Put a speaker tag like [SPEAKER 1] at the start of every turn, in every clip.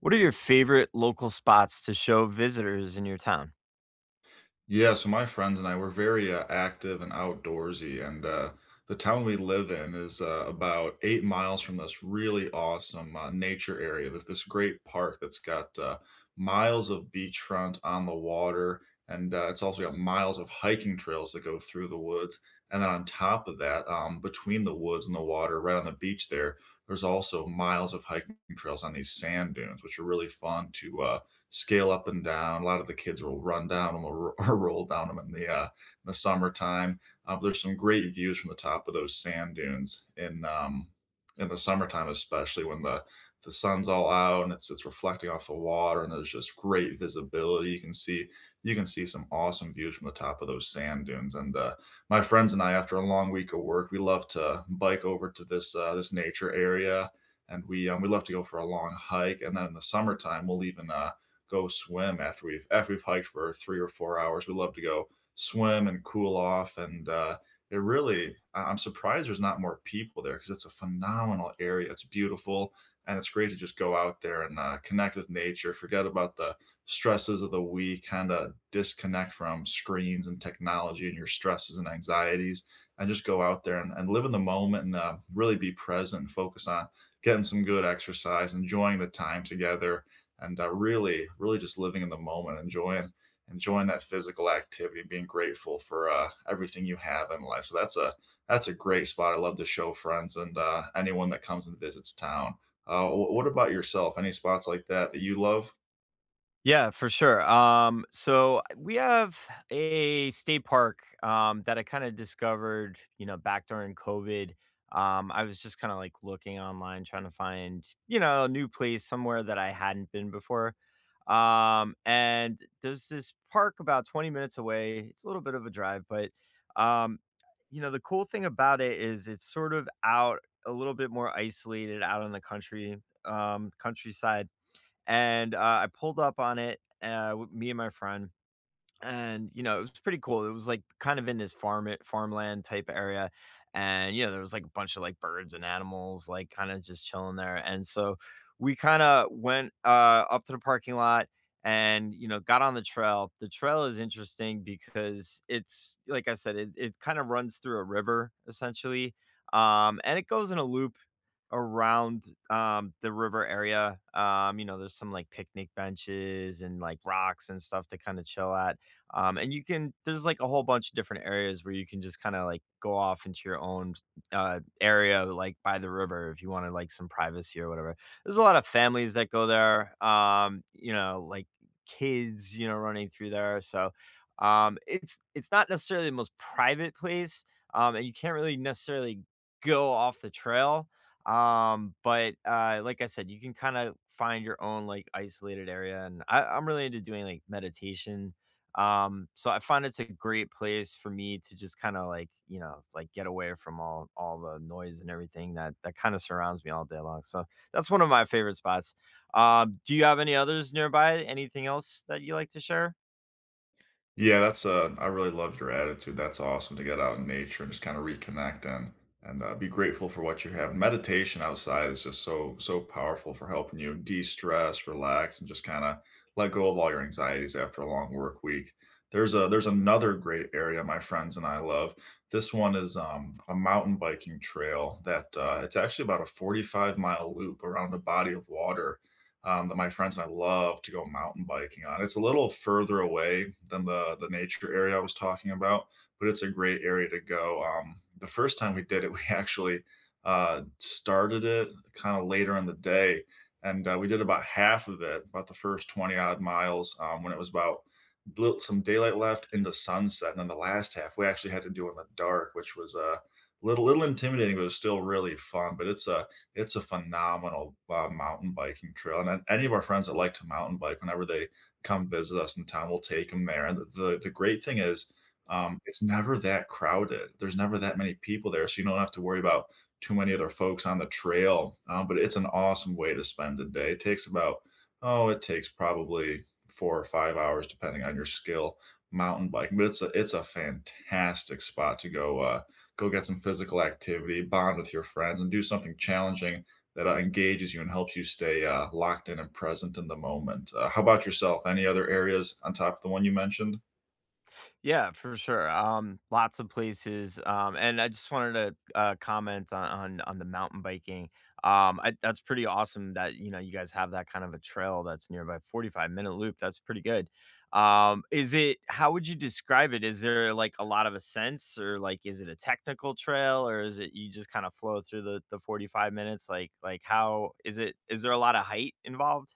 [SPEAKER 1] What are your favorite local spots to show visitors in your town?
[SPEAKER 2] Yeah, so my friends and I were very active and outdoorsy, and the town we live in is about 8 miles from this really awesome nature area. That's this great park that's got miles of beachfront on the water, and it's also got miles of hiking trails that go through the woods. And then on top of that, between the woods and the water, right on the beach there, there's also miles of hiking trails on these sand dunes, which are really fun to scale up and down. A lot of the kids will run down them or roll down them in the summertime. There's some great views from the top of those sand dunes in the summertime, especially when the sun's all out and it's reflecting off the water and there's just great visibility. You can see some awesome views from the top of those sand dunes. And My friends and I, after a long week of work, we love to bike over to this nature area, and we love to go for a long hike. And then in the summertime, we'll even go swim after we've hiked for 3 or 4 hours. We love to go swim and cool off, and it really am surprised there's not more people there because it's a phenomenal area. It's beautiful, and it's great to just go out there and connect with nature. Forget about the stresses of the week. Kind of disconnect from screens and technology and your stresses and anxieties, and just go out there and live in the moment and really be present and focus on getting some good exercise, enjoying the time together and really, really just living in the moment, enjoying that physical activity, being grateful for everything you have in life. So that's a great spot. I love to show friends and anyone that comes and visits town. What about yourself? Any spots like that that you love?
[SPEAKER 1] Yeah, for sure. So we have a state park that I kind of discovered, you know, back during COVID. I was just kind of like looking online, trying to find, you know, a new place somewhere that I hadn't been before. And there's this park about 20 minutes away. It's a little bit of a drive, but, um, you know, the cool thing about it is it's sort of out a little bit more isolated out in the country, countryside and, I pulled up on it, me and my friend, and you know, it was pretty cool. It was like kind of in this farmland type area, and you know, there was like a bunch of like birds and animals like kind of just chilling there. And so we kind of went up to the parking lot, and you know, got on the trail. The trail is interesting because, it's like I said, it kind of runs through a river essentially. And it goes in a loop around the river area. You know, there's some like picnic benches and like rocks and stuff to kind of chill at. And you can, there's like a whole bunch of different areas where you can just kinda like go off into your own, area, like, by the river if you wanted, like, some privacy or whatever. There's a lot of families that go there, you know, like, kids, you know, running through there, so, it's not necessarily the most private place, and you can't really necessarily go off the trail, like I said, you can kinda find your own, like, isolated area, and I'm really into doing, like, meditation, so I find it's a great place for me to just kind of like, you know, like get away from all the noise and everything that kind of surrounds me all day long. So that's one of my favorite spots. Do you have any others nearby? Anything else that you like to share?
[SPEAKER 2] Yeah, that's I really loved your attitude. That's awesome to get out in nature and just kind of reconnect and be grateful for what you have. Meditation outside is just so powerful for helping you de-stress, relax, and just kind of let go of all your anxieties after a long work week. There's another great area my friends and I love. This one is a mountain biking trail that it's actually about a 45-mile loop around a body of water that my friends and I love to go mountain biking on. It's a little further away than the nature area I was talking about, but it's a great area to go. The first time we did it, we actually started it kind of later in the day, and we did about half of it, about the first 20 odd miles, when it was about some daylight left into sunset, and then the last half we actually had to do in the dark, which was a little intimidating, but it was still really fun. But it's a phenomenal mountain biking trail, and any of our friends that like to mountain bike, whenever they come visit us in town, we'll take them there. And the great thing is, it's never that crowded. There's never that many people there, so you don't have to worry about too many other folks on the trail. But it's an awesome way to spend a day. It takes about oh, it takes probably 4 or 5 hours depending on your skill mountain biking, but it's a fantastic spot to go go get some physical activity, bond with your friends, and do something challenging that engages you and helps you stay locked in and present in the moment. How about yourself? Any other areas on top of the one you mentioned?
[SPEAKER 1] Yeah, for sure. Lots of places. And I just wanted to comment on, on the mountain biking. That's pretty awesome that, you know, you guys have that kind of a trail that's nearby. 45 minute loop. That's pretty good. Is it? How would you describe it? Is there like a lot of ascents, or like is it a technical trail, or is it you just kind of flow through the 45 minutes? Like how is it? Is there a lot of height involved?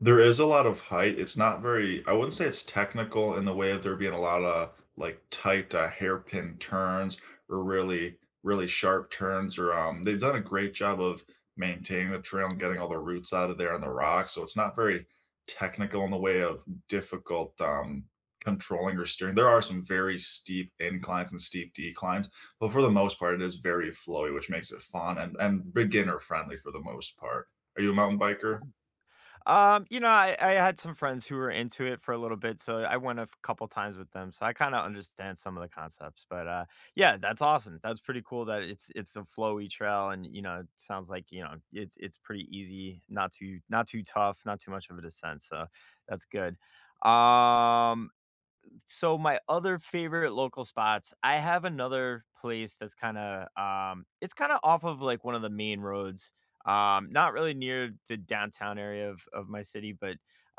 [SPEAKER 2] There is a lot of height. It's not very, I wouldn't say it's technical in the way of there being a lot of like tight hairpin turns or really, really sharp turns. Or They've done a great job of maintaining the trail and getting all the roots out of there on the rock. So it's not very technical in the way of difficult controlling or steering. There are some very steep inclines and steep declines, but for the most part, it is very flowy, which makes it fun and beginner friendly for the most part. Are you a mountain biker?
[SPEAKER 1] I had some friends who were into it for a little bit, so I went couple times with them. So I kind of understand some of the concepts. But yeah, that's awesome. That's pretty cool that it's a flowy trail, and you know, it sounds like, you know, it's pretty easy, not too tough, not too much of a descent. So that's good. Um so my other favorite local spots, I have another place that's kinda, it's kinda off of, like, one of the main roads, not really near the downtown area of my city, but,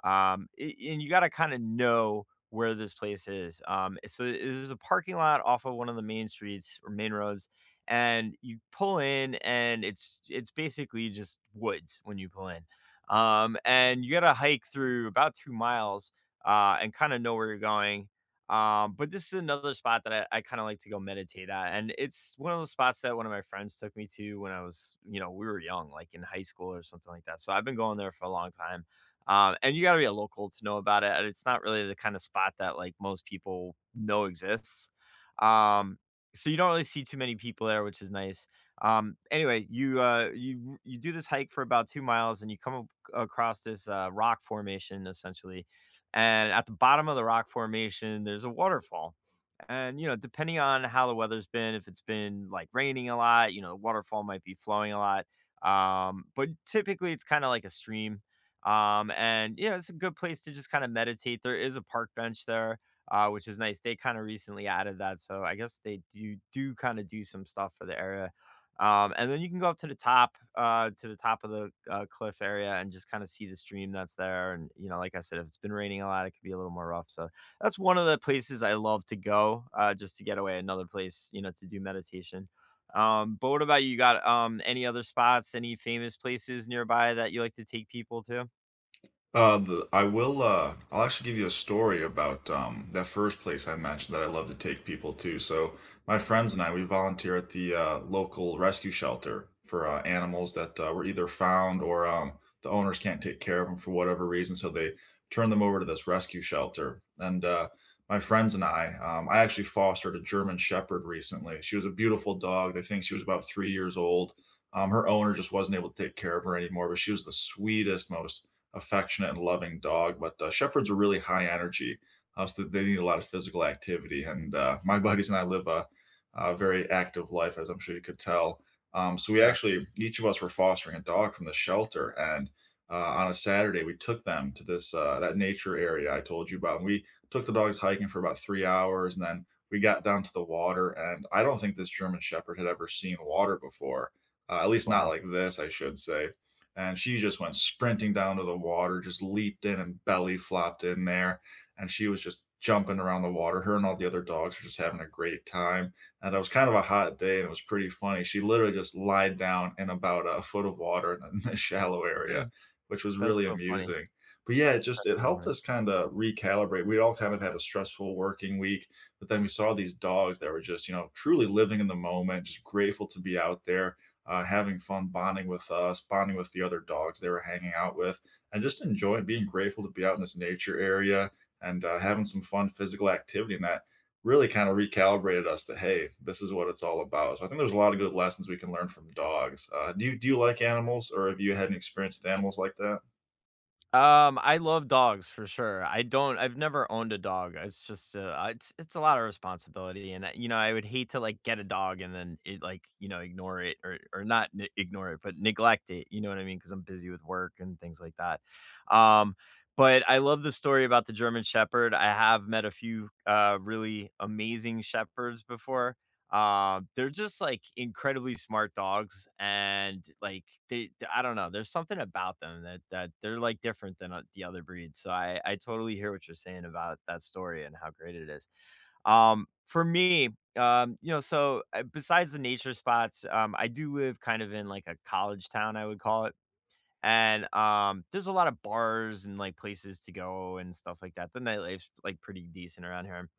[SPEAKER 1] I and you gotta kinda know where this place is, there's a parking lot off of one of the main streets or main roads, and you pull in, and it's basically just woods when you pull in, and you gotta hike through about 2 miles, and kinda know where you're going. But this is another spot that I kind of like to go meditate at. And it's one of those spots that one of my friends took me to when I was, you know, we were young, like in high school or something like that. So I've been going there for a long time. And you got to be a local to know about it. And it's not really the kind of spot that, like, most people know exists. Um, so you don't really see too many people there, which is nice. Anyway, you do this hike for about 2 miles, and across this rock formation essentially, and at the bottom of the rock formation, there's a waterfall. And, you know, depending on how the weather's been, if it's been like raining a lot, you know, the waterfall might be flowing a lot. But typically it's kind of like a stream. And yeah, it's a good place to just kind of meditate. There is a park bench there, which is nice. They kind of recently added that. So I guess they do kind of do some stuff for the area. And then you can go up to the top of the, cliff area, and just kinda see the stream that's there, and, you know, like I said, if it's been raining a lot, it could be a little more rough. So that's one of the places I love to go, just to get away, another place, you know, to do meditation. But what about you? You got, any other spots, any famous places nearby that you like to take people to?
[SPEAKER 2] I will, I'll actually give you a story about that first place I mentioned that I love to take people to. So, my friends and I, we volunteer at the local rescue shelter for animals that were either found or the owners can't take care of them for whatever reason. So, they turn them over to this rescue shelter. And My friends and I actually fostered a German Shepherd recently. She was a beautiful dog. They think she was about 3 years old. Her owner just wasn't able to take care of her anymore, but she was the sweetest, most affectionate and loving dog, but shepherds are really high energy, so they need a lot of physical activity. And my buddies and I live a very active life, as I'm sure you could tell. So we
[SPEAKER 1] Yeah.
[SPEAKER 2] actually, each of us were fostering a dog from the shelter, and on a Saturday we took them to this that nature area I told you about, and we took the dogs hiking for about 3 hours, and then we got down to the water. And I don't think this German Shepherd had ever seen water before, at least not
[SPEAKER 1] Wow.
[SPEAKER 2] like this, I should say, and she just went sprinting down to the water, just leaped in and belly flopped in there. And she was just jumping around the water. Her and all the other dogs were just having a great time. And it was kind of a hot day and it was pretty funny. She literally just lied down in about a foot of water in the shallow area, which was
[SPEAKER 1] That's
[SPEAKER 2] really
[SPEAKER 1] so funny.
[SPEAKER 2] amusing. But yeah, it just
[SPEAKER 1] That's
[SPEAKER 2] it
[SPEAKER 1] so
[SPEAKER 2] helped
[SPEAKER 1] funny.
[SPEAKER 2] us kind of recalibrate. We all kind of had a stressful working week, but then we saw these dogs that were just, you know, truly living in the moment, just grateful to be out there having fun bonding with us, bonding with the other dogs they were hanging out with, and just enjoying being grateful to be out in this nature area and having some fun physical activity. And that really kind of recalibrated us that hey, this is what it's all about. So I think there's a lot of good lessons we can learn from dogs. Do you like animals, or have you had an experience with animals like that?
[SPEAKER 1] I love dogs for sure. I've never owned a dog. It's just it's a lot of responsibility, and I, you know, I would hate to like get a dog and then it like, you know, ignore it, or not n- ignore it, but neglect it, you know what I mean? Cuz I'm busy with work and things like that. Um, but I love the story about the German shepherd. I have met a few really amazing shepherds before. They're just like incredibly smart dogs, and like I don't know, there's something about them that they're like different than the other breeds. So I totally hear what you're saying about that story and how great it is. For me, you know, so besides the nature spots, I do live kind of in like a college town, I would call it, and, there's a lot of bars and, like, places to go and stuff like that. The nightlife's, like, pretty decent around here.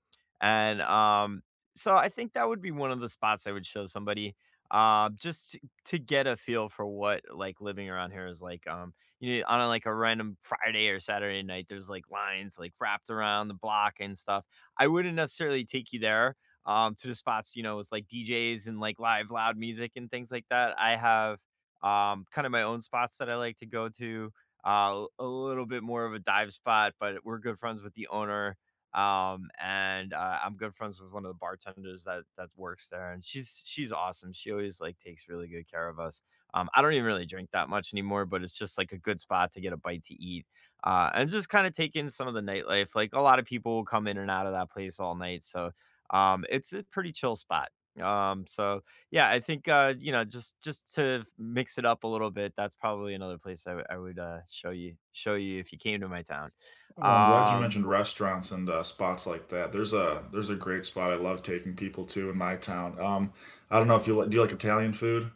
[SPEAKER 1] And, um, so I think that would be one of the spots I would show somebody, just to get a feel for what, like, living around here is like. You know, on a, like, a random Friday or Saturday night, there's, like, lines, like, wrapped around the block and stuff. I wouldn't necessarily take you there, to the spots, you know, with, like, DJs and, like, live loud music and things like that. I have kind of my own spots that I like to go to. A little bit more of a dive spot, but we're good friends with the owner, and I'm good friends with one of the bartenders that works there, and she's awesome. She always like takes really good care of us. I don't even really drink that much anymore, but it's just like a good spot to get a bite to eat, and just kind of take in some of the nightlife. Like, a lot of people will come in and out of that place all night, so it's a pretty chill spot. So yeah, I think, you know, just to mix it up a little bit, that's probably another place I would, show you if you came to my town.
[SPEAKER 2] Well, I'm glad you
[SPEAKER 1] Um,
[SPEAKER 2] mentioned restaurants and spots like that. There's a great spot I love taking people to in my town. I don't know if do you like Italian food?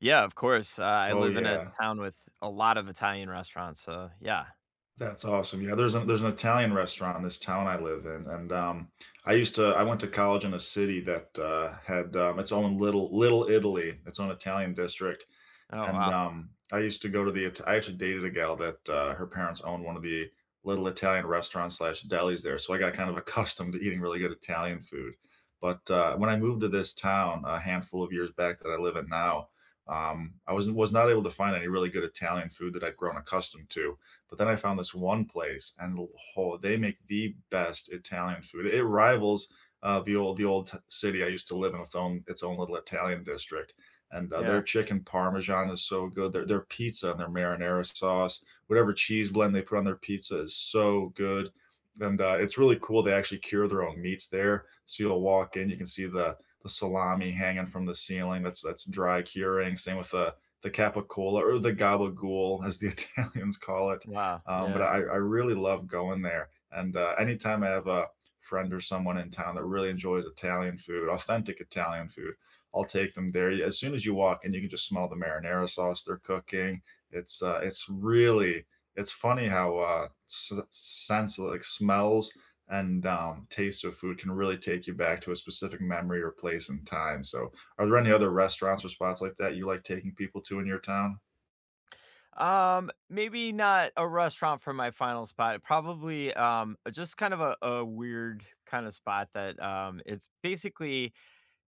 [SPEAKER 1] yeah, of course, I
[SPEAKER 2] Oh
[SPEAKER 1] live in a
[SPEAKER 2] yeah.
[SPEAKER 1] town with a lot of Italian restaurants, so yeah.
[SPEAKER 2] That's awesome. Yeah, there's an Italian restaurant in this town I live in, and I went to college in a city that had its own little Little Italy, its own Italian district,
[SPEAKER 1] Oh,
[SPEAKER 2] and,
[SPEAKER 1] wow.
[SPEAKER 2] I used to go to the It I actually dated a gal that, her parents owned one of the little Italian restaurants slash delis there, so I got kind of accustomed to eating really good Italian food. But, when I moved to this town a handful of years back that I live in now, I was not able to find any really good Italian food that I'd grown accustomed to, but then I found this one place, and oh, they make the best Italian food. It rivals, the old t city I used to live in with own its own little Italian district, and their
[SPEAKER 1] Yeah.
[SPEAKER 2] chicken parmesan is so good. Their pizza and their marinara sauce, whatever cheese blend they put on their pizza, is so good. And it's really cool. They actually cure their own meats there. So you'll walk in, you can see the salami hanging from the ceiling. That's dry curing. Same with the capicola or the gabagool, as the Italians call it.
[SPEAKER 1] Wow,
[SPEAKER 2] But
[SPEAKER 1] yeah.
[SPEAKER 2] I really love going there. And anytime I have a friend or someone in town that really enjoys Italian food, authentic Italian food, I'll take them there. As soon as you walk in, you can just smell the marinara sauce they're cooking. It's uh, it's really it's funny how sense like smells and taste of food can really take you back to a specific memory or place and time. So, are there any other restaurants or spots like that you like taking people to in your town?
[SPEAKER 1] Maybe not a restaurant for my final spot, probably, just kind of a weird kinda spot that, it's basically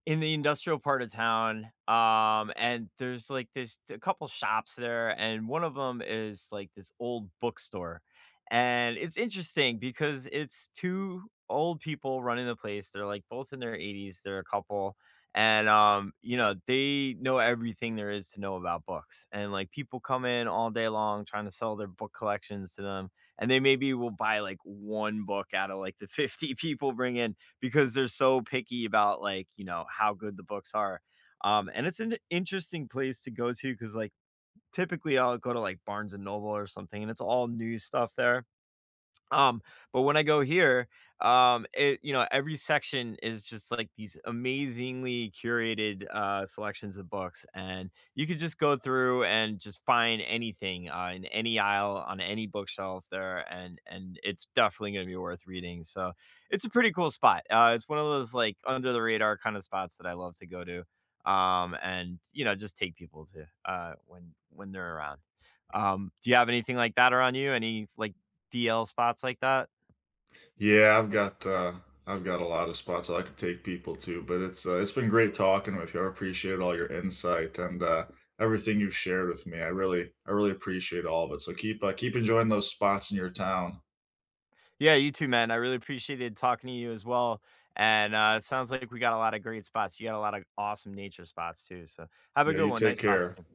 [SPEAKER 1] in the industrial part of town, and there's, like, this a couple shops there, and one of them is, like, this old bookstore, and it's interesting because it's 2 old people running the place, they're, like, both in their 80s, they're a couple, and, you know, they know everything there is to know about books, and, like, people come in all day long trying to sell their book collections to them, and they maybe will buy, like, 1 book out of, like, the 50 people bring in, because they're so picky about, like, you know, how good the books are. And it's an interesting place to go to because, like, typically I'll go to like Barnes and Noble or something, and it's all new stuff there. Um, but when I go here, it you know, every section is just like these amazingly curated selections of books, and you could just go through and just find anything in any aisle on any bookshelf there, and it's definitely gonna be worth reading. So it's a pretty cool spot. It's one of those like under the radar kind of spots that I love to go to. And you know, just take people to when they're around. Do you have anything like that around you? Any like DL spots like that?
[SPEAKER 2] Yeah, I've got a lot of spots I like to take people to, but it's been great talking with you. I appreciate all your insight and everything you've shared with me. I really appreciate all of it. So keep keep enjoying those spots in your town.
[SPEAKER 1] Yeah, you too, man. I really appreciated talking to you as well. And it sounds like we got a lot of great spots. You got a lot of awesome nature spots too. So have a
[SPEAKER 2] Yeah,
[SPEAKER 1] good
[SPEAKER 2] you
[SPEAKER 1] one.
[SPEAKER 2] take
[SPEAKER 1] Nice talking
[SPEAKER 2] care.
[SPEAKER 1] to you.